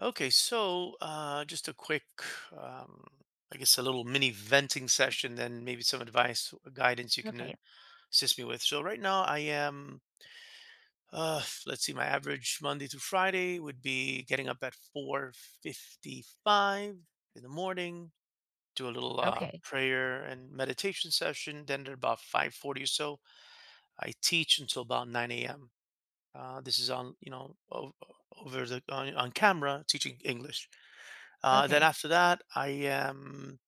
Okay, so just a quick, um, I guess, a little mini venting session, then maybe some advice, guidance you can Okay, assist me with. So right now, I am, let's see, my average Monday through Friday would be getting up at 4:55 in the morning, do a little okay, okay, prayer and meditation session. Then at about 5:40 or so, I teach until about 9 a.m. This is on, you know, o- over the on camera teaching English. Then okay, after that, I am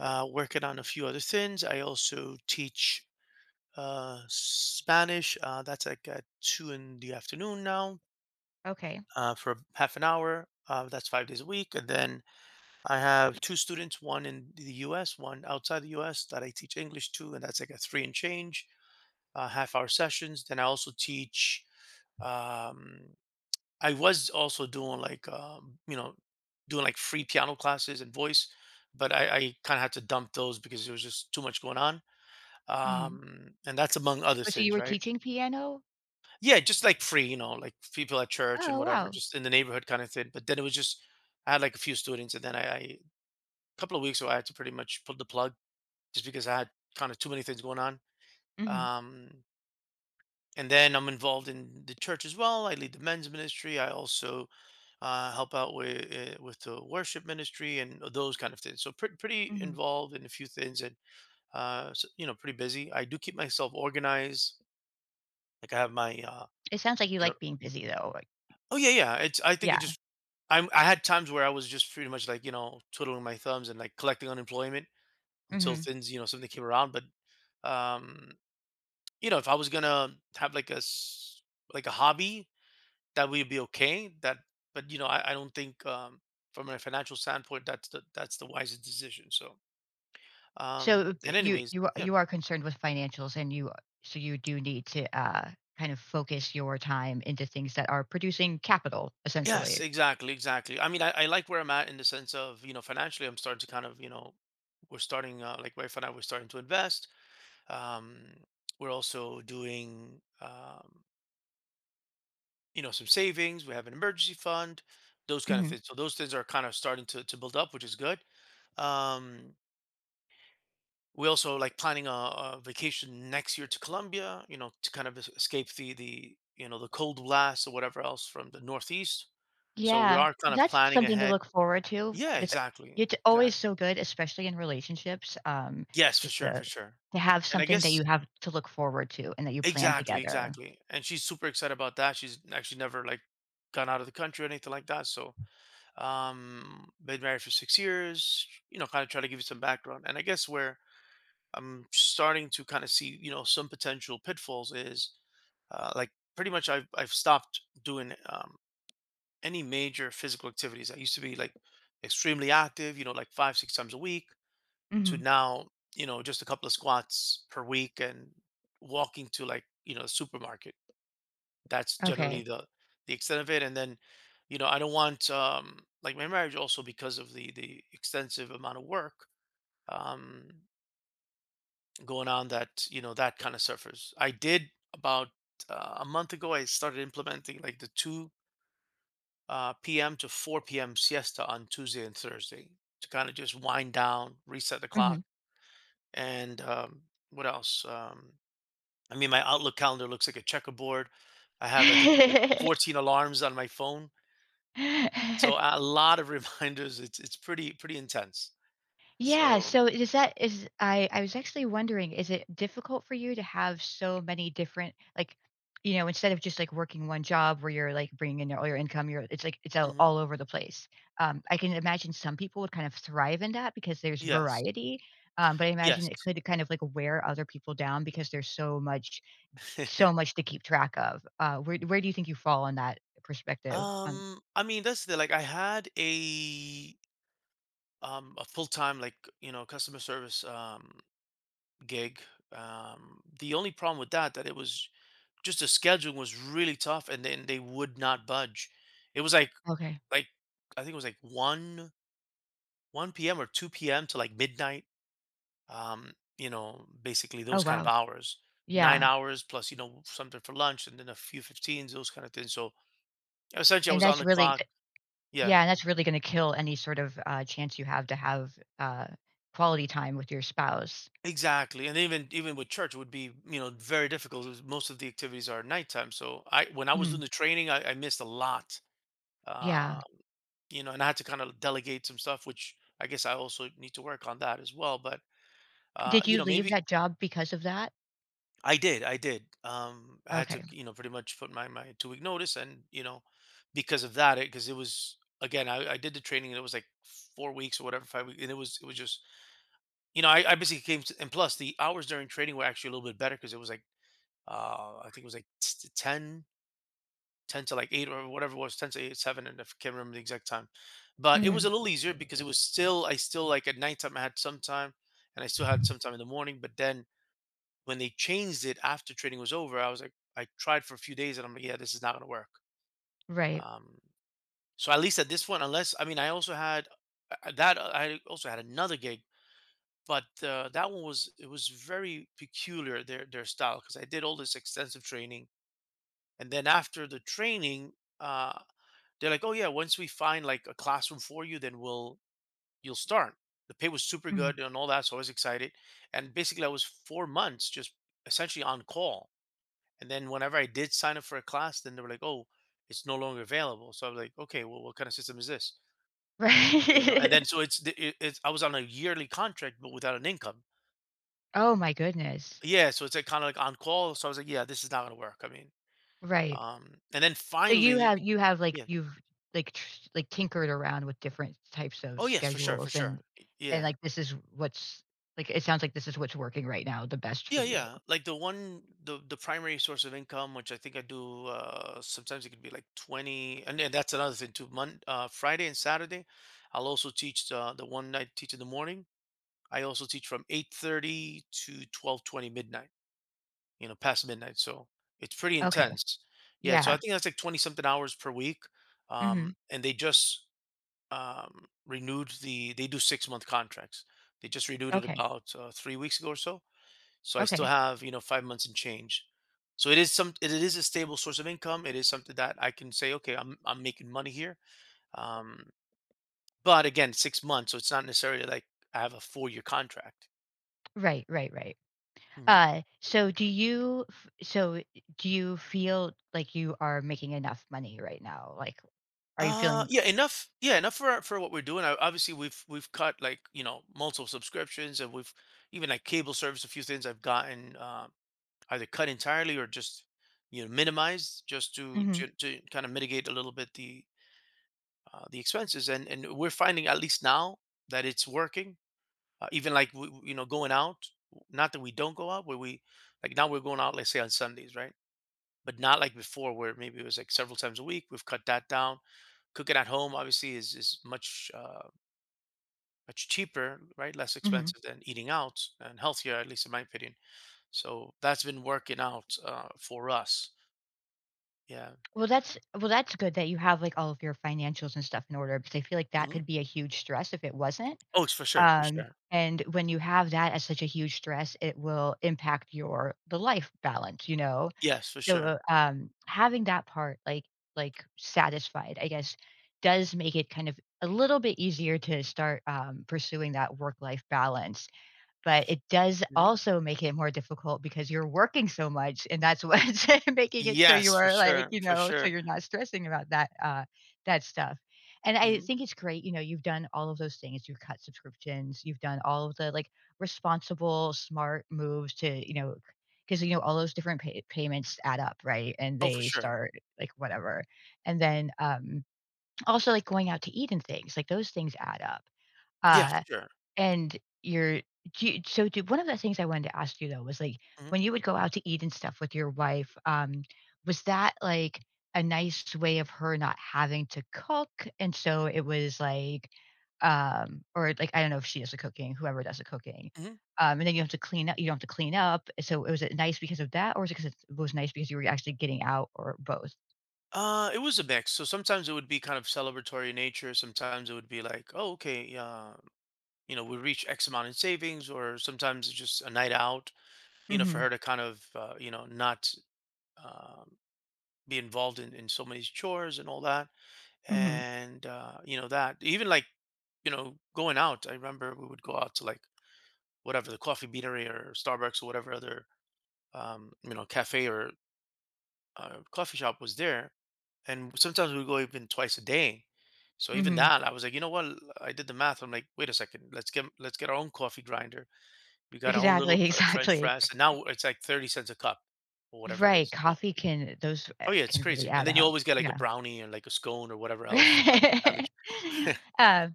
working on a few other things. I also teach Spanish. That's like at 2 in the afternoon now, okay, for half an hour. That's 5 days a week. And then I have two students, one in the US, one outside the US that I teach English to. And that's like a three and change, half hour sessions. Then I also teach. Um, I was also doing like free piano classes and voice, but I kind of had to dump those because there was just too much going on. mhm. And that's among other So you things, were right? teaching piano? Yeah, just like free, like people at church and Oh, whatever, wow. just in the neighborhood kind of thing. But then it was just I had like a few students, and then I a couple of weeks ago I had to pretty much pull the plug just because I had kind of too many things going on. Mhm, Um, and then I'm involved in the church as well. I lead the men's ministry. I also help out with the worship ministry and those kind of things. So pretty mhm. involved in a few things. And so, you know, pretty busy. I do keep myself organized. Like I have my It sounds like you you know. like being busy though, like Oh yeah, yeah. It's, I think it yeah, just, I had times where I was just pretty much like, twiddling my thumbs and like collecting unemployment until mhm. things, something came around. But um, you know, if I was gonna have like a hobby, that will be okay. That, but you know, I don't think, from a financial standpoint, that's the wisest decision. So, So, b and you anyways, you are yeah. you are concerned with financials and you so you do need to, kind of focus your time into things that are producing capital, Yes, essentially. exactly, exactly. I mean, I like where I'm at in the sense of, you know, financially, I'm starting to kind of, you know, we're starting, like wife and I, we're starting to invest. Um, we're also doing, some savings. We have an emergency fund, those kind of Mhm. things. So those things are kind of starting to build up, which is good. Um, we also like planning a vacation next year to Colombia, you know, to kind of escape the you know the cold blast or whatever else from the Northeast. So we Yeah, are kind of that's planning something to ahead. look forward to. Yeah, This exactly, It's always exactly. so good, especially in relationships, Yes, for just sure, the for sure. to have And I something that guess you have to look forward to and that you plan Exactly, together. exactly. And she's super excited about that. She's actually never like gone out of the country or anything like that. So, been married for 6 years. You know, kind of try to give you some background. And I guess where I'm starting to kind of see, you know, some potential pitfalls is, like pretty much I've stopped doing, any major physical activities. I used to be like extremely active, you know, like five, six times a week. To Mhm. now, you know, just a couple of squats per week and walking to, like, the supermarket. That's generally Okay. the extent of it. And then, you know, I don't want, like my marriage also, because of the extensive amount of work, um, going on, that, you know, that kind of suffers. I did about, a month ago, I started implementing like the 2, p.m. to 4 p.m. siesta on Tuesday and Thursday to kind of just wind down, reset the clock. Mhm. And, what else? I mean, my Outlook calendar looks like a checkerboard. I have, I think, 14 alarms on my phone, so a lot of reminders. It's pretty intense. Yeah, So so is that is I was actually wondering, is it difficult for you to have so many different like, you know, instead of just like working one job where you're like bringing in all your income, you're it's like it's mhm. all over the place. I can imagine some people would kind of thrive in that because there's Yes, variety. But I imagine yes. it could kind of like wear other people down because there's so much, so much to keep track of. Where do you think you fall on that perspective? On I mean, that's the, like, I had a full-time, like, you know, customer service, gig. The only problem with that it was just the scheduling was really tough, and then they would not budge. It was like okay, like I think it was like one p.m. or 2 p.m. to like midnight. Um, you know, basically oh those kind of wow, hours, nine yeah, hours plus, you know, something for lunch, and then a few fifteens, those kind of things. So essentially, I and was on that's the really clock. Yeah, Yeah, and that's really gonna kill any sort of, chance you have to have, quality time with your spouse. exactly. And even with church, it would be, you know, very difficult, 'cause most of the activities are at nighttime. So I when I was Mm, doing the training, I missed a lot. yeah. Um, you know, and I had to kind of delegate some stuff, which I guess I also need to work on that as well. But Did you you know, leave maybe. that job because of that? I did, I did. I had to, Okay. you know, pretty much put my 2 week notice, and, you know, because of that, 'cause it was again, I did the training, and it was like 4 weeks or whatever, 5 weeks, and it was just, you know, I basically came to. And plus the hours during training were actually a little bit better, because it was like, I think it was like t- ten 10 to like 8, or whatever, it was 10 to 8, 7, and I can't remember the exact time. But it was Mhm. a little easier because it was still I still, like, at nighttime I had some time, and I still had some time in the morning. But then when they changed it after training was over, I was like, I tried for a few days, and I'm like, yeah, this is not going to work. Right. um, so at least at this point, unless, I mean, I also had another gig. But that one was, it was very peculiar, their style, because I did all this extensive training. And then after the training, uh, they're like, "Oh yeah, once we find like a classroom for you, then we'll you'll start." The pay was super Mhm. good and all that, so I was excited. And basically, I was 4 months just essentially on call. And then whenever I did sign up for a class, then they were like, "Oh, it's no longer available." So I was like, "Okay, well, what kind of system is this?" You know. And then Right. so it's the- it, it's I was on a yearly contract but without an income. Oh my goodness. Yeah, so it's like kind of like on call. So I was like, "Yeah, this is not gonna work." I mean, Right. And then So finally, yeah. you've, like, tr like, tinkered around with different types of Oh yes, for sure, for schedules and sure. Yeah. like, this is what's like, it sounds like this is what's working right now the best for Yeah, you. yeah. Like the one, the primary source of income, which I think I do. Sometimes it could be like 20, and then that's another thing too. Friday and Saturday, I'll also teach the one night teach in the morning. I also teach from 8:30 to 12:20 midnight. You know, past midnight, so it's pretty Okay. intense. Yeah, so I Yeah. think that's like 20 something hours per week. Mhm. And they just renewed They do 6 month contracts. They just renewed it Okay. about, 3 weeks ago or so. So I still Okay. have, you know, 5 months and change. So it is a stable source of income. It is something that I can say, okay, I'm making money here. Um, but again, 6 months, so it's not necessarily like I have a 4 year contract. Right, right, right. Hmm. So do you feel like you are making enough money right now? Like, are you feeling Yeah, enough. Yeah, enough for what we're doing. Obviously, we've cut, like, you know, multiple subscriptions, and we've even, like, cable service. A few things I've gotten, either cut entirely or just, you know, minimized, just to Mhm, to, to kind of mitigate a little bit the, expenses. And we're finding at least now that it's working, even like, you know, going out. Not that we don't go out, where we, like, now we're going out, let's say, on Sundays, right. But not like before, where maybe it was like several times a week. We've cut that down. Cooking at home obviously is much, much cheaper, right, less mhm. expensive than eating out, and healthier, at least in my opinion. So that's been working out, for us. Yeah. Well, that's good that you have, like, all of your financials and stuff in order because I feel like that Hmm. could be a huge stress if it wasn't. Oh, it's for sure, for sure. And when you have that as such a huge stress, it will impact your the life balance, you know? Yes, for So, sure. Having that part, like, satisfied, I guess, does make it kind of a little bit easier to start, pursuing that work-life balance. But it does Mhm. also make it more difficult because you're working so much, and that's what's making it so you Yes, for are, like, sure, you for know, so sure. you're not stressing about that, that stuff. And I think it's great, you know, you've done all of those things. You've cut subscriptions, you've done all of the, like, responsible, smart moves to, you know, because you know, all those different payments add up, right? And Oh, for they sure. start, like, whatever. And then, also, like, going out to eat and things, like, those things add up. Yeah, Uh for sure. and you're do you so do one of the things I wanted to ask you, though, was, like, Mhm, when you would go out to eat and stuff with your wife, was that, like, a nice way of her not having to cook? And so it was, like, or, like, I don't know if she does the cooking, whoever does the cooking, mhm. And then you don't have to clean up, so it nice because of that, or was it because it was nice because you were actually getting out, or both? It was a mix. So sometimes it would be kind of celebratory in nature. Sometimes it would be like, oh, okay, you know, we reach X amount in savings, or sometimes it's just a night out, you know, for Mhm, her to kind of, you know, not, um, be involved in so many chores and all that. mhm, And, you know, that even like, you know, going out, I remember we would go out to like whatever the coffee beanery or Starbucks or whatever other, you know, cafe or, coffee shop was there, and sometimes we go even twice a day. So even mhm. that, I was like, you know what? I did the math. I'm like, wait a second, let's get our own coffee grinder. We got our own little Exactly, French exactly. press, and now it's like 30 cents a cup or whatever it Right, is. So. coffee can those, Oh yeah, it's can really crazy. And add then you up. always get like a Yeah. brownie and like a scone or whatever else, like a sandwich. Uh,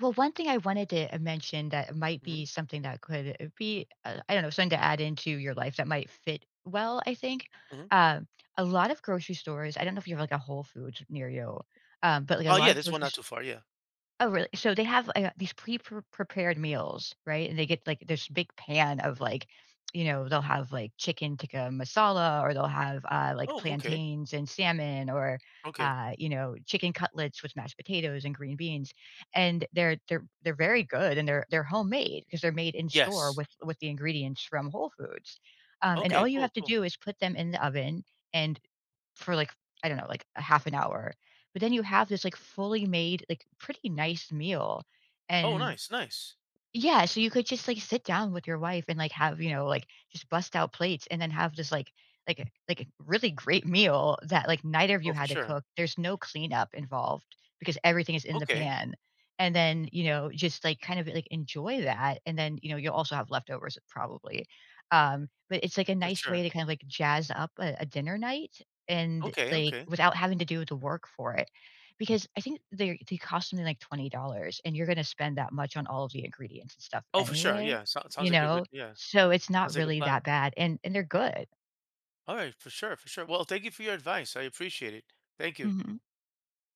well, one thing I wanted to, mention that might Mm-hmm. be something that could, be, I don't know, something to add into your life that might fit well, I think. Hmm. Um, a lot of grocery stores I don't know if you have, like, a Whole Foods near you, but, like, a Oh lot yeah, of this one grocery not too far. Yeah. Oh, really? So they have, these prepared meals, right? And they get, like, this big pan of, like, you know, they'll have, like, chicken tikka masala, or they'll have, like, Oh, okay, plantains and salmon, or, okay. You know, chicken cutlets with mashed potatoes and green beans, and they're they're very good, and they're are homemade because 'cause they're made in store Yes. with the ingredients from Whole Foods, and all Okay. you Cool. have to Cool. do is put them in the oven and for like, I don't know, like a half an hour. But then you have this like fully made, like pretty nice meal. Oh, And nice, nice. yeah, so you could just, like, sit down with your wife and, like, have, you know, like, just bust out plates and then have this, like like really great meal that, like, neither of you Oh, for had to sure. cook. There's no cleanup involved because everything is in the Okay, pan, and then, you know, just, like, kind of, like, enjoy that, and then, you know, you'll also have leftovers probably, but it's, like, a for nice way sure. to kind of, like, jazz up a dinner night and, Okay. like, Okay. without having to do the work for it. Because I think they cost something like $20 and you're gonna spend that much on all of the ingredients and stuff Oh, for sure. anyway, Yeah. So, you sounds like a know? good, yeah. So, it's Sounds not like a really plan. that bad, and they're good. All right. For sure. For sure. Well, thank you for your advice. I appreciate it. Thank you. Mhm.